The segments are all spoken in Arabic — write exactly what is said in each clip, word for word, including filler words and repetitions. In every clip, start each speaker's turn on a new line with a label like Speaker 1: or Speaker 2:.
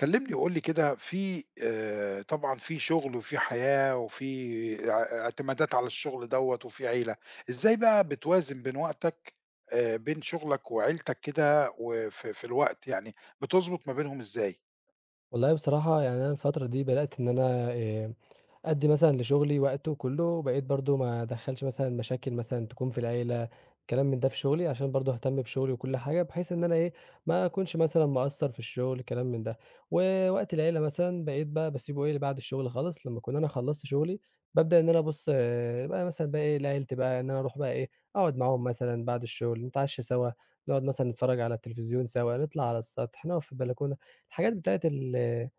Speaker 1: كلّمني وقُل لي كده في آآ طبعًا في شُغل وفي حياة وفي اع اعتمادات على الشُغل دوّة وفي عيلة، إزاي بقى بتوازن بين وقتك آآ بين شُغلك وعيلتك كده وفي في الوقت، يعني بتضبط ما بينهم إزاي؟
Speaker 2: والله بصراحة يعني أنا الفترة دي بدأت إن أنا آآ، أدّي مثلًا لشغلي وقته كلّه، بقيت برضه ما أدخّلش مثلًا مشاكل مثلًا تكون في العيلة، كلام من ده في شغلي، عشان برضه أهتم بشغلي وكل حاجة، بحيث إن أنا إيه، ما أكونش مثلًا مقصّر في الشغل كلام من ده. ووقت العيلة مثلًا بقيت بقى باسيبه إيه، لبعد الشغل خالص، لمّا أكون أنا خلّصت شغلي، بابدأ إن أنا أبُص آه، بقى مثلًا بقى إيه، لعيلتي بقى إن أنا أروح بقى إيه، أقعد معاهم مثلًا بعد الشغل، نتعشى سوا، نقعد مثلًا نتفرّج على التلفزيون سوا، نطلع على السطح، نقف في البلكونة، الحاجات بتاعة ال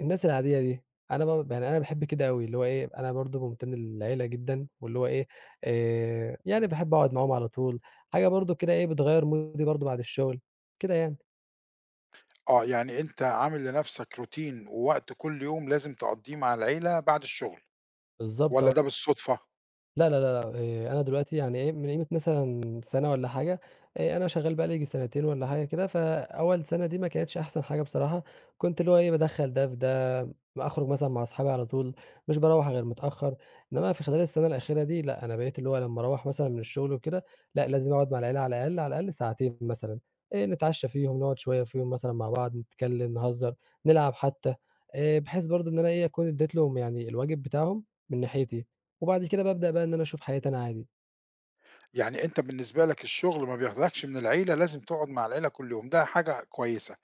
Speaker 2: الناس العادية دي، أنا ب يعني أنا باحب كده أوي، اللي هو إيه، أنا برضه ممتن للعيلة جدًا، واللي هو إيه، آآ، يعني باحب أقعد معاهم على طول، حاجة برضه كده إيه، بتغيّر مودي برضه بعد الشغل، كده يعني.
Speaker 1: آه، يعني أنت عامل لنَفْسك routine ووقت كل يوم لازم تقضّيه مع العيلة بعد الشُغل
Speaker 2: بالضبط
Speaker 1: والّا
Speaker 2: آه.
Speaker 1: ده بالصُدفة؟
Speaker 2: لا، لا، لا، لأ، آآ، أنا دلوقتي يعني إيه، من قيمة مثلًا سَنة والّا حاجة، آآ، أنا شغّال بقى لي ييجي سنتين والّا حاجة كده، فأول سَنة دي ما كانتش أحسن حاجة بصراحة، كنت اللي هو إيه، بادخّل ده في ده، أخرج مثلًا مع أصحابي على طول، مش باروّح غير متأخّر، إنما في خلال السَنة الأخيرة دي لأ، أنا بقيت اللي هو لمّا أروّح مثلًا من الشغل وكده، لأ، لازم أقعد مع العيلة على الأقل، على الأقل ساعتين مثلًا، آآ، نتعشّى فيهم، نقعد شوية فيهم مثلًا مع بعض، نتكلّم، نهزّر، نلعب حتى، آآ، بحيث برضه إن أنا إيه، أكون ادّيت لهم يعني الواجب بتاعهم من ناحيتي. وبعد كده بابدأ بقى إن أنا أشوف حياتي أنا عادي،
Speaker 1: يعني أنت بالنسبة لك الشُغل ما بياخدكش من العيلة، لازم تقعد مع العيلة كل يوم، ده حاجة كويسة.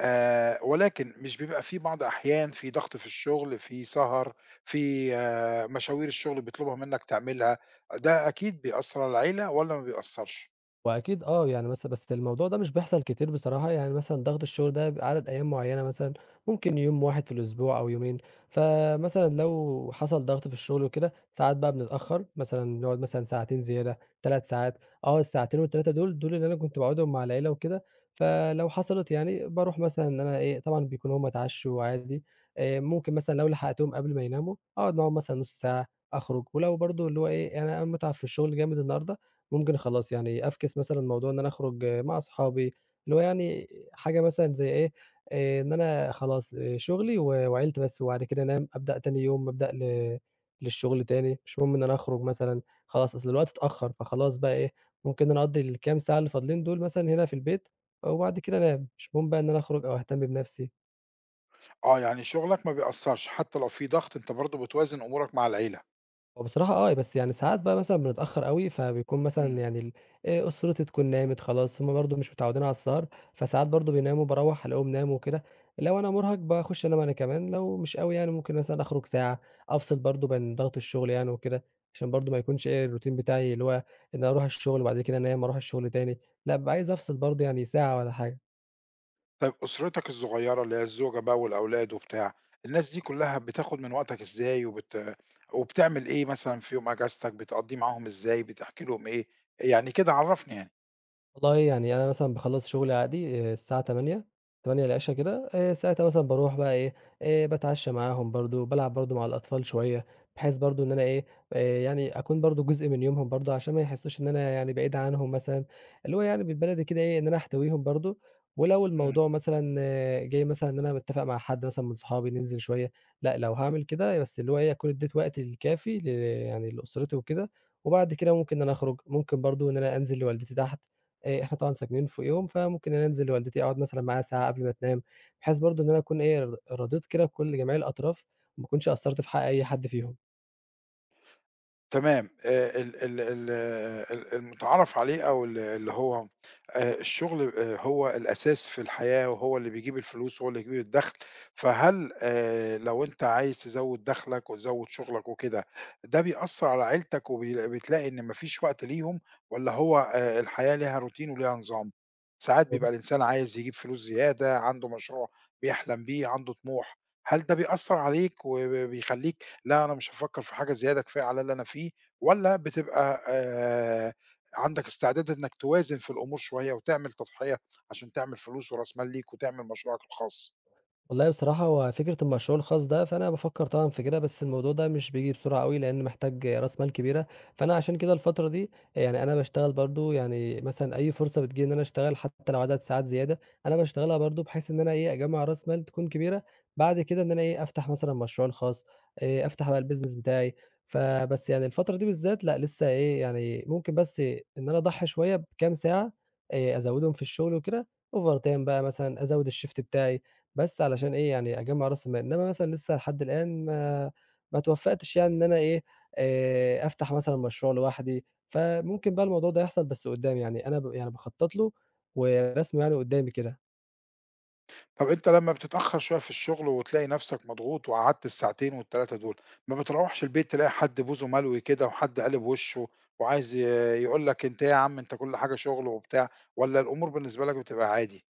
Speaker 1: آآ ولكن مش بيبقى في بعض أحيان في ضغط في الشغل، في سهر، في آآ مشاوير الشغل بيطلبها منّك تعملها، ده أكيد بيأثّر على العيلة والّا ما بيأثّرش؟
Speaker 2: وأكيد آه، يعني مثلًا بس الموضوع ده مش بيحصل كتير بصراحة، يعني مثلًا ضغط الشغل ده بيبقى عدد أيام معيّنة مثلًا، ممكن يوم واحد في الأسبوع أو يومين، فمثلًا لو حصل ضغط في الشغل وكده، ساعات بقى بنتأخّر، مثلًا نقعد مثلًا ساعتين زيادة، ثلاث ساعات، آه، الساعتين وال3 دول، دول اللي أنا كنت باقعدهم مع العيلة وكده، فلو حصلت يعني باروح مثلًا إن أنا إيه، طبعًا بيكونوا هُم اتعشوا عادي، آآ، ممكن مثلًا لو لحقتهم قبل ما يناموا، أقعد معاهم مثلًا نُص ساعة، أخرج، ولو برضه اللي هو إيه، يعني أنا مُتعب في الشغل جامد النهارده، ممكن خلاص يعني أفكِس مثلًا موضوع إن أنا أخرج مع أصحابي، اللي هو يعني حاجة مثلًا زي إيه، آآ إن أنا خلاص إيه، شُغلي و وعيلتي بس، وبعد كده أنام، أبدأ تاني يوم أبدأ ل للشُغل تاني، مش مهم إن أنا أخرج مثلًا، خلاص أصل الوقت اتأخّر، فخلاص بقى إيه، ممكن إن أنا أقضّي الكام ساعة اللي فاضلين دول مثلًا هنا في البيت، وبعد كده أنام، مش مهم بقى إن أنا أخرج أو أهتم بنَفْسي.
Speaker 1: آه، يعني شغلك ما بيأثّرش، حتّى لو في ضغط أنت برضه بتوازن أمورك مع العيلة.
Speaker 2: هو بصراحة آه، بس يعني ساعات بقى مثلًا بنتأخّر أوي، فبيكون مثلًا
Speaker 1: إمم.
Speaker 2: يعني ال آآ، أسرتي تكون نامت خلاص، هُم برضه مش متعودين على السهر، فساعات برضه بيناموا، باروّح ألاقيهم ناموا وكده، لو أنا مُرهَق باخُش أنام أنا كمان، لو مش أوي يعني ممكن مثلًا أخرج ساعة، أفصل برضه بين ضغط الشغل يعني وكده، عشان برضه ما يكونش إيه الروتين بتاعي اللي هو إن أنا أروح الشغل وبعد كده أنام، أروح الشغل تاني، لأ بابقى عايز أفصل برضه يعني ساعة والّا حاجة.
Speaker 1: طيب أسرتك الصغيّرة اللي هي الزوجة بقى والأولاد وبتاع، الناس دي كُلّها بتاخُد من وقتك إزاي وبت وبتعمل إيه مثلًا في يوم أجازتك، بتقضّيه معاهم إزاي، بتحكي لهم إيه؟ يعني كده عرّفني يعني.
Speaker 2: والله يعني أنا مثلًا باخلّص شغلي عادي آآ الساعة تمانية، تمانية لعشا كده، آآ ساعتها مثلًا باروح بقى إيه، آآ باتعشّى معاهم برضه، بالعب برضه مع الأطفال شوية، بحيث برضه إن أنا إيه، آآ يعني أكون برضه جزء من يومهم برضه عشان ما يحسّوش إن أنا يعني بعيد عنهم مثلًا، اللي هو يعني بالبلدي كده إيه، إن أنا أحتويهم برضه، ولو الموضوع مثلًا آه، جاي مثلًا إن أنا متّفق مع حد مثلًا من صحابي ننزل شوية، لأ، لو هاعمل كده بس اللي هو إيه، أكون ادّيت وقتي الكافي ل يعني لأسرتي وكده، وبعد كده ممكن إن أنا أخرج، ممكن برضه إن أنا أنزل لوالدتي تحت. آآ إحنا طبعًا ساكنين فوقيهم، فممكن أنا أنزل لوالدتي أقعد مثلًا معاها ساعة قبل ما تنام، بحيث برضه إن أنا أكون إيه، ر رضيت كده بكل جميع الأطراف، وما أكونش قصّرت في حق أي حد فيهم.
Speaker 1: تمام، آآ ال ال ال ال المُتعارف عليه أو ال اللي هو آآ الشُغل آآ هو الأساس في الحياة وهو اللي بيجيب الفلوس وهو اللي بيجيب الدَخْل، فهل آآ لو أنت عايز تزوِّد دَخْلك وتزوِّد شُغلك وكده، ده بيأثّر على عيلتك وبي بتلاقي إن ما فيش وقت ليهم والّا هو آآ الحياة ليها روتين وليها نظام؟ ساعات بيبقى الإنسان عايز يجيب فلوس زيادة، عنده مشروع بيحلم بيه، عنده طموح، هل ده بيأثّر عليك وب بيخلّيك لا أنا مش هافكّر في حاجة زيادة كفاية على اللي أنا فيه، والّا بتبقى آآ عندك استعداد إنّك توازن في الأمور شوية وتعمل تضحية عشان تعمل فلوس ورأس مال ليك وتعمل مشروعك الخاص؟
Speaker 2: والله بصراحة هو فكرة المشروع الخاص ده، فأنا بافكّر طبعًا في كده، بس الموضوع ده مش بييجي بسرعة أوي، لإن محتاج رأس مال كبيرة، فأنا عشان كده الفترة دي يعني أنا باشتغل برضه يعني مثلًا أي فرصة بتيجي إن أنا أشتغل حتى لو عدد ساعات زيادة، أنا باشتغلها برضه بحيث إن أنا إيه، أجمّع رأس مال تكون كبيرة، بعد كده إن أنا إيه، أفتح مثلًا مشروعي الخاص، آآ أفتح بقى الbusiness بتاعي، فبس يعني الفترة دي بالذات لأ، لسه إيه، يعني ممكن بس إن أنا أضحّي شوية بكام ساعة آآ أزوّدهم في الشغل وكده overtime بقى مثلًا، أزوّد الshift بتاعي، بس علشان إيه، يعني أجمّع رأس المال، إنّما مثلًا لسه لحد الآن ما ما اتوفّقتش يعني إن أنا إيه، آآ أفتح مثلًا مشروع لوحدي، فممكن بقى الموضوع ده يحصل بس قُدّام، يعني أنا ب يعني باخطّط له وراسمه يعني قُدّامي كده.
Speaker 1: طَب أنت لمّا بتتأخّر شوية في الشغل وتلاقي نَفْسك مضغوط وقعدت الساعتين والتلاتة دول، ما بتروّحش البيت تلاقي حد بوزه ملوي كده وحد قالب وِشّه وعايز ي يقول لك أنت إيه يا عم أنت كل حاجة شغل وبتاع، والّا الأمور بالنسبة لك بتبقى عادي؟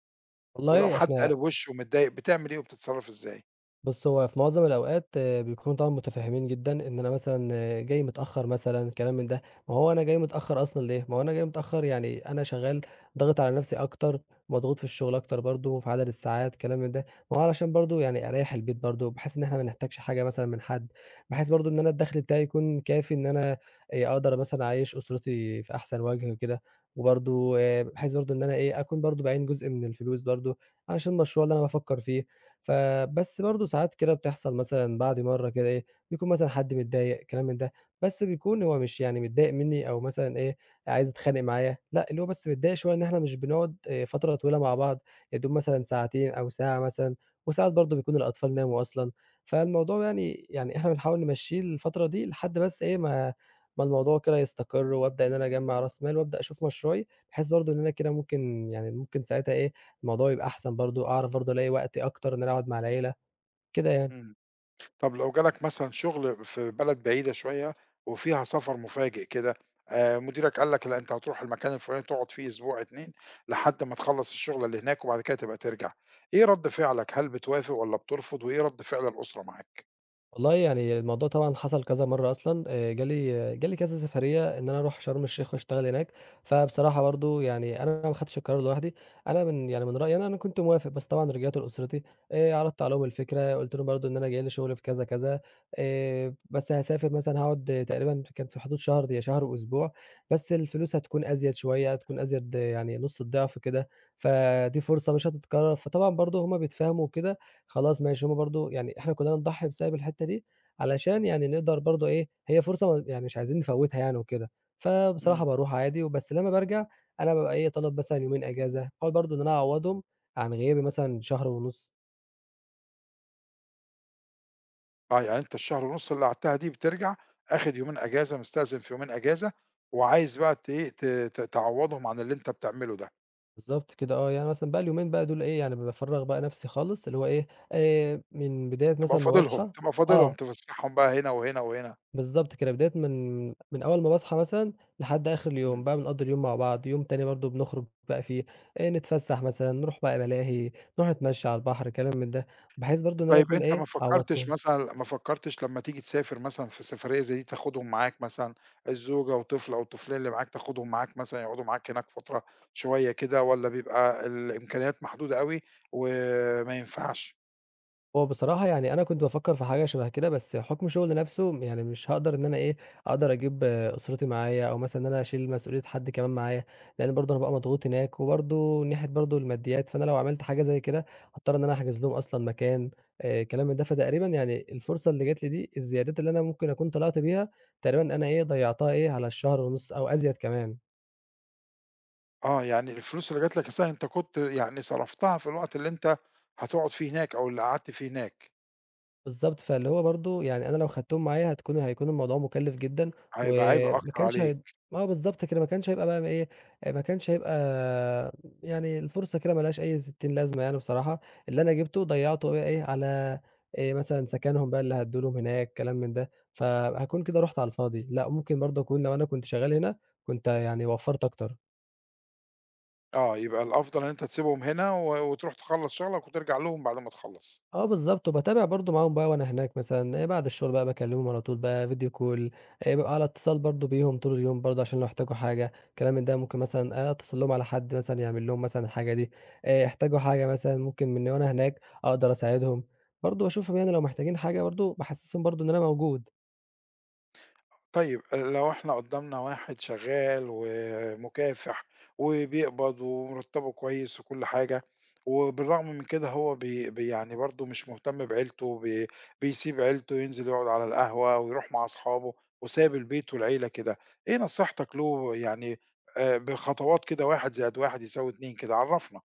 Speaker 1: ولو
Speaker 2: والله
Speaker 1: حد
Speaker 2: إحنا
Speaker 1: قالب وِشّه ومتضايق بتعمل إيه وبتتصرّف إزاي؟
Speaker 2: بُص، هو في معظم الأوقات آه، بيكونوا طبعًا متفهمين جدًا إن أنا مثلًا آه، جاي متأخر مثلًا كلام من ده، ما هو أنا جاي متأخر أصلًا ليه؟ ما هو أنا جاي متأخر يعني أنا شغال ضاغط على نفسي أكتر، مضغوط في الشغل أكتر برضه، في عدد الساعات كلام من ده، ما هو علشان برضه يعني أريّح البيت برضه، بحيث إن إحنا ما نحتاجش حاجة مثلًا من حد، بحيث برضه إن أنا الدخل بتاعي يكون كافي إن أنا آآ، أقدر مثلًا أعيّش أسرتي في أحسن وجه وكده، وبرضه آآ، بحيث برضه إن أنا إيه أكون برضه باعين جزء من الفلوس برضه علشان المشروع اللي أنا بافكر فيه. فبس برضه ساعات كده بتحصل مثلًا بعد مرّة كده إيه، بيكون مثلًا حد متضايق كلام من ده، بس بيكون هو مش يعني متضايق منّي أو مثلًا إيه، عايز يتخانق معايا، لأ، اللي هو بس متضايق شوية إن إحنا مش بنقعد آآ فترة طويلة مع بعض، يا دوب مثلًا ساعتين أو ساعة مثلًا، وساعات برضه بيكون الأطفال ناموا أصلًا، فالموضوع يعني يعني إحنا بنحاول نمشّيه الفترة دي لحد بس إيه، ما ما الموضوع كده يستقر وأبدأ إن أنا أجمّع رأس مال وأبدأ أشوف مشروعي، بحيث برضه إن أنا كده ممكن يعني ممكن ساعتها إيه، الموضوع يبقى أحسن برضه، أعرف برضه ألاقي وقت أكتر إن أنا أقعد مع العيلة، كده يعني.
Speaker 1: إمم. طب لو جالك مثلًا شغل في بلد بعيدة شوية وفيها سفر مفاجئ كده، آآ مديرك قال لك لأ أنت هتروح المكان الفلاني تقعد فيه أسبوع اتنين لحد ما تخلّص الشغلة اللي هناك وبعد كده تبقى ترجع، إيه رَد فعلك؟ هل بتوافق والّا بترفض، وإيه رَد فعل الأسرة معاك؟
Speaker 2: والله يعني الموضوع طبعًا حصل كذا مرّة أصلًا، آآ جالي آه، جالي كذا سفرية إن أنا أروح شرم الشيخ وأشتغل هناك، فبصراحة برضه يعني أنا ما خدتش القرار لوحدي، أنا من يعني من رأيي أنا أنا كنت موافق، بس طبعًا رجعت لأسرتي آآ عرضت عليهم الفكرة، قُلت لهم برضه إن أنا جاي لي شغل في كذا، كذا، آآ بس هاسافر مثلًا هاقعد تقريبًا كان في حدود شهر يا شهر وأسبوع، بس الفلوس هتكون أزيد شوية، هتكون أزيد يعني نُص الضعف كده، فدي فرصة مش هتتكرر، فطبعًا برضه هُم بيتفهموا وكده خلاص ماشي، هُم برضه يعني إحنا كُلّنا نضحّي بسبب الحتّة دي، علشان يعني نقدر برضه إيه، هي فرصة م يعني مش عايزين نفوّتها يعني وكده، فبصراحة
Speaker 1: إمم.
Speaker 2: باروح عادي، وبس لمّا بارجع أنا بابقى إيه، طالب مثلًا يومين إجازة، باحاول برضه إن أنا أعوّضهم عن غيابي مثلًا شهر ونُص
Speaker 1: آه يعني أنت الشهر ونُص اللي قعدتها دي بترجع آخد يومين أجازة، مستأذن في يومين أجازة، وعايز بقى ت إيه ت ت تعوّضهم عن اللي أنت بتعمله ده،
Speaker 2: بالضبط كده آه، يعني مثلًا بقى اليومين بقى دول إيه، يعني بافرّغ بقى نَفْسي خالص، اللي هو إيه، آآ من بداية
Speaker 1: تبقى
Speaker 2: مثلًا ما
Speaker 1: فاضلهم،
Speaker 2: باصحى
Speaker 1: تبقى فاضلهم
Speaker 2: آه.
Speaker 1: تفسحهم بقى هنا وهنا وهنا.
Speaker 2: بالضبط كده، بداية من من أول ما باصحى مثلًا لحد آخر اليوم،
Speaker 1: إمم.
Speaker 2: بقى بنقضّي اليوم مع بعض، يوم تاني برضه بنخرج بقى فيه، آآ نتفسّح مثلًا، نروح بقى ملاهي، نروح نتمشّى على البحر، كلام من ده، بحيث برضه إن أنا
Speaker 1: طيب
Speaker 2: أكون
Speaker 1: أنت ما
Speaker 2: إيه،
Speaker 1: فكّرتش
Speaker 2: عوّضتهم.
Speaker 1: مثلًا ما فكّرتش لمّا تيجي تسافر مثلًا في سفرية زي دي تاخدهم معاك مثلًا، الزوجة وطفل أو الطفلين اللي معاك تاخدهم معاك مثلًا يقعدوا معاك هناك فترة شوية كده والّا بيبقى الإمكانيات محدودة أوي وما ينفعش؟
Speaker 2: هو بصراحة يعني أنا كنت بافكّر في حاجة شبه كده، بس حُكم شغلي نَفْسه يعني مش هاقدر إن أنا إيه، أقدر أجيب آه، أسرتي معايا أو مثلًا إن أنا أشيل مسؤولية حد كمان معايا، لإن برضه هابقى مضغوط هناك، وبرضه من ناحية برضه الماديات، فأنا لو عملت حاجة زي كده هاضطر إن أنا أحجز لهم أصلًا مكان آآ، كلام من ده، فتقريبًا يعني الفرصة اللي جات لي دي، الزيادات اللي أنا ممكن أكون طلعت بيها، تقريبًا أنا إيه، ضيّعتها إيه، على الشهر ونُص أو أزيد كمان.
Speaker 1: آه، يعني الفلوس اللي جات لك أساسًا أنت كنت يعني صرفتها في الوقت اللي أنت هتقعد فيه هناك أو اللي قعدت فيه هناك،
Speaker 2: بالضبط، فاللي هو برضه يعني أنا لو خدتهم معايا هتكون هيكون الموضوع مُكلِّف جدًا،
Speaker 1: هيبقى عبء
Speaker 2: وما
Speaker 1: أكتر
Speaker 2: كانش هي
Speaker 1: عليك.
Speaker 2: آه بالضبط كده، ما كانش هيبقى بقى إيه، ما كانش هيبقى يعني الفرصة كده ما لهاش أي ستين لازمة يعني بصراحة، اللي أنا جِبته ضيّعته بقى إيه، على آآ مثلًا سكنهم بقى اللي هادّوا لهم هناك، كلام من ده، فهاكون كده رُحت على الفاضي، لأ ممكن برضه أكون لو أنا كنت شغال هنا، كنت يعني وفّرت أكتر.
Speaker 1: آه، يبقى الأفضل إن أنت تسيبهم هنا و وتروح تخلّص شغلك وترجع لهم بعد ما تخلّص.
Speaker 2: آه بالضبط، وباتابع برضه معاهم بقى وأنا هناك مثلًا إيه بعد الشغل بقى باكلمهم على طول بقى فيديو كول، آآ بابقى على اتصال برضه بيهم طول اليوم برضه عشان لو احتاجوا حاجة، كلام من ده ممكن مثلًا آه، أتصل لهم على حد مثلًا يعمل لهم مثلًا الحاجة دي، آآ احتاجوا حاجة مثلًا ممكن منّي وأنا هناك أقدر أساعدهم، برضه باشوفهم يعني لو محتاجين حاجة برضه باحسسهم برضه إن أنا موجود.
Speaker 1: طيب لو إحنا قدّامنا واحد شغّال ومُكافح وبيقبض ومرتّبه كويس وكل حاجة، وبالرغم من كده هو بي بي يعني برضه مش مهتم بعيلته، بي بيسيب عيلته ينزل يقعد على القهوة ويروح مع أصحابه وسايب البيت والعيلة كده، إيه نصيحتك له يعني آآ بخطوات كده واحد زائد واحد يساوي اتنين كده عرّفنا؟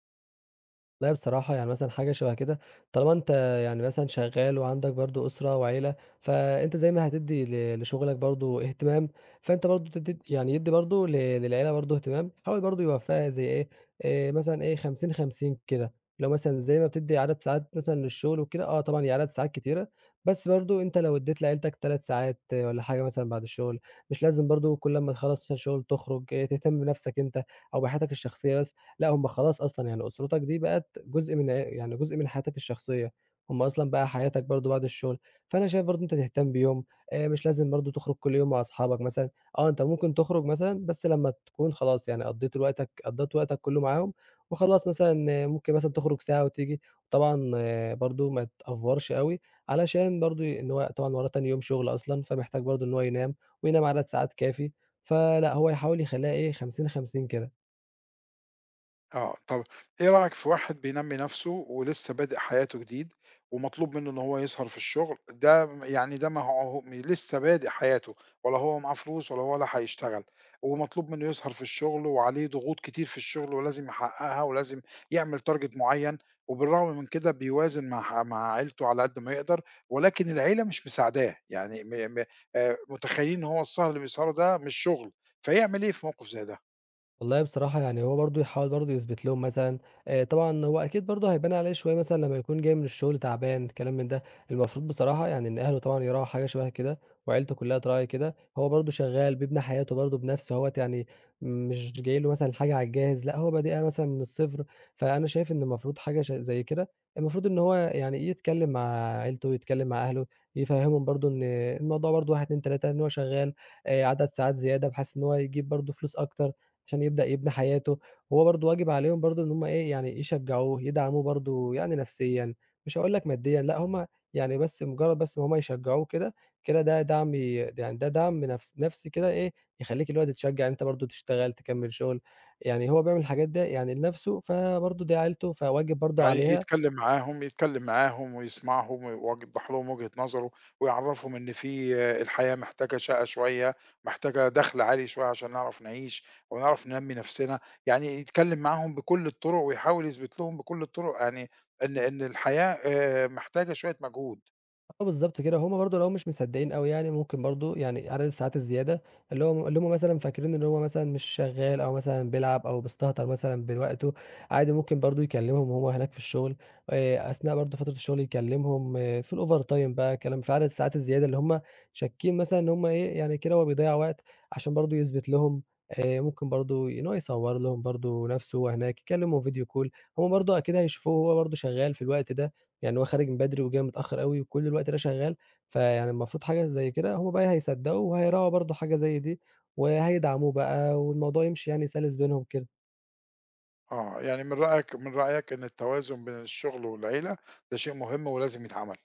Speaker 2: والله بصراحة يعني مثلًا حاجة شبه كده، طالما أنت يعني مثلًا شغال وعندك برضه أسرة وعيلة، فأنت زي ما هتدّي ل لشغلك برضه اهتمام، فأنت برضه تدّي يعني يدّي برضه ل للعيلة برضه اهتمام، حاول برضه يوفّقها زي إيه، آآ مثلًا إيه خمسين، خمسين كده. لو مثلًا زي ما بتدّي عدد ساعات مثلًا للشغل وكده، آه طبعًا هي عدد ساعات كتيرة، بس برضه أنت لو ادّيت لعيلتك ثلاث ساعات والّا حاجة مثلًا بعد الشغل، مش لازم برضه كل أمّا تخلّص مثلًا شغل تخرج، آه، تهتم بنَفْسك أنت أو بحياتك الشخصية بس. لأ، هم خلاص أصلًا يعني أسرتك دي بقت جزء من ع يعني جزء من حياتك الشخصية، هم أصلًا بقى حياتك برضه بعد الشغل، فأنا شايف برضه أنت تهتم بيهم، آآ، مش لازم برضه تخرج كل يوم مع أصحابك مثلًا، آه، أنت ممكن تخرج مثلًا بس لمّا تكون خلاص يعني قضيت وقتك قضيت وقتك كله معاهم، وخلاص مثلًا آه، ممكن مثلًا تخرج ساعة وتيجي، طبعًا برضه ما تأفورش أوي، علشان برضه إن هو طبعًا وراه تاني يوم شغل أصلًا، فمحتاج برضه إن هو ينام وينام عدد ساعات كافي، فلأ، هو يحاول يخلّيها إيه خمسين، خمسين كده.
Speaker 1: آه، طب إيه رأيك في واحد بينمّي نَفْسه ولسه بادئ حياته جديد، ومطلوب منّه إن هو يسهر في الشغل، ده م يعني ده ما هو هو م لسه بادئ حياته، ولا هو معاه فلوس ولا هو لا هيشتغل، ومطلوب منّه يسهر في الشغل وعليه ضغوط كتير في الشغل ولازم يحققها ولازم يعمل target معيّن، وبالرغم من كده بيوازن مع ح مع عيلته على قد ما يقدر، ولكن العيلة مش مساعداه، يعني م م آآ متخيّلين إن هو السهر اللي بيسهره ده مش شغل، فيعمل إيه في موقف زي ده؟
Speaker 2: والله بصراحة يعني هو برضه يحاول برضه يثبت لهم مثلًا آآ طبعًا هو أكيد برضه هيبان عليه شوية مثلًا لمّا يكون جاي من الشغل تعبان الكلام من ده، المفروض بصراحة يعني إن أهله طبعًا يراعوا حاجة شبه كده، وعيلته كلّها تراعي كده، هو برضه شغال بيبني حياته برضه بنفسه أهوّة يعني مش جاي له مثلًا حاجة على الجاهز، لأ هو بادئها مثلًا من الصفر، فأنا شايف إن المفروض حاجة ش زي كده المفروض إن هو يعني يتكلم مع عيلته، يتكلم مع أهله، يفهّمهم برضه إن الموضوع برضه واحد، اتنين، ثلاثة إن هو شغال آآ عدد ساعات زيادة بحيث إن هو يجيب برضه فلوس أكتر، عشان يبدأ يبني حياته، وهو برضه واجب عليهم برضه إن هُم إيه، يعني يشجّعوه، يدعموه برضه يعني نفسيًا، مش هاقول لك ماديًا، لأ هُم يعني بس مجرّد بس إن هُم يشجّعوه كده، كده ده دعم ي يعني ده دعم نفس نفسي كده إيه، يخلّيك اللي هو تتشجّع إن أنت برضه تشتغل، تكمّل شغل، يعني هو بيعمل الحاجات ده يعني لنفسه، فبرضه دي عيلته، فواجب برضه
Speaker 1: يعني
Speaker 2: عليها.
Speaker 1: يتكلم معاهم يتكلم معاهم ويسمعهم ويوضّح لهم وجهة نظره، ويعرّفهم إن في آه، الحياة محتاجة شقة شوية، محتاجة دخْل عالي شوية عشان نعرف نعيش ونعرف ننمّي نَفْسنا، يعني يتكلم معاهم بكل الطُرق ويحاول يثبت لهم بكل الطُرق يعني إن إن الحياة آآ محتاجة شوية مجهود.
Speaker 2: آه بالضبط كده، هُم برضه لو مش مصدّقين أوي يعني ممكن برضه يعني عدد الساعات الزيادة اللي هو اللي هُم مثلًا فاكرين إن هو مثلًا مش شغّال أو مثلًا بيلعب أو بيستهتر مثلًا بوقته، عادي ممكن برضه يكلّمهم وهو هناك في الشغل، آآ أثناء برضه فترة الشغل يكلّمهم آه، في الovertime بقى كلام في عدد الساعات الزيادة اللي هُم شاكين مثلًا إن هُم إيه، يعني كده هو بيضيّع وقت عشان برضه يثبت لهم، آآ ممكن برضه إن هو يصوّر لهم برضه نَفْسه وهو هناك، يكلّمهم video call. هُم برضه أكيد هيشوفوه وهو برضه شغّال في الوقت ده. يعني هو خارج من بدري وجاي متأخّر أوي وكل الوقت ده شغّال، فيعني المفروض حاجة زي كده هم بقى هيصدّقوا وهيراعوا برضه حاجة زي دي، وهيدعموه بقى والموضوع يمشي يعني سَلِس بينهم كده.
Speaker 1: آه، يعني من رأيك من رأيك إن التوازن بين الشُغل والعيلة ده شيء مهم ولازم يتعمل.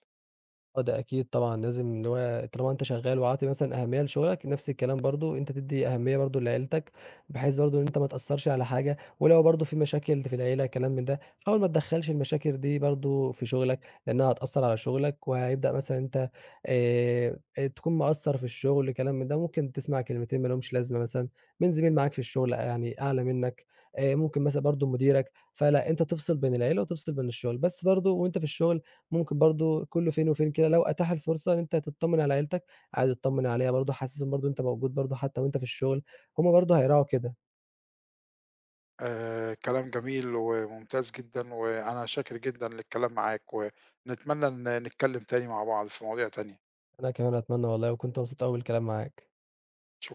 Speaker 2: آه، ده أكيد طبعًا لازم اللي هو طالما أنت شغّال وعاطي مثلًا أهمية لشغلك، نفس الكلام برضه أنت تدّي أهمية برضه لعيلتك، بحيث برضه إن أنت ما تأثّرش على حاجة، ولو برضه في مشاكل في العيلة كلام من ده، حاول ما تدخّلش المشاكل دي برضه في شغلك، لإنها هتأثّر على شغلك، وهيبدأ مثلًا أنت آآ، تكون مقصّر في الشغل كلام من ده، ممكن تسمع كلمتين ما لهمش لازمة مثلًا من زميل معاك في الشغل يعني أعلى منك، آآ، ممكن مثلًا برضه مديرك، فلأ أنت تفصل بين العيلة وتفصل بين الشغل، بس برضه وأنت في الشغل ممكن برضه كل فين وفين كده لو أتاح الفرصة إن أنت تطمّن على عيلتك، عادي اتطمّن عليها برضه، حسّسهم برضه أنت موجود برضه حتى وأنت في الشغل، هُم برضه هيراعوا كده.
Speaker 1: آآ كلام جميل وممتاز جدًا، وأنا شاكر جدًا للكلام معاك، ونتمنى إن نتكلم تاني مع بعض في مواضيع تانية.
Speaker 2: أنا كمان أتمنى والله وكنت مبسوط أوي بالكلام معاك.
Speaker 1: شك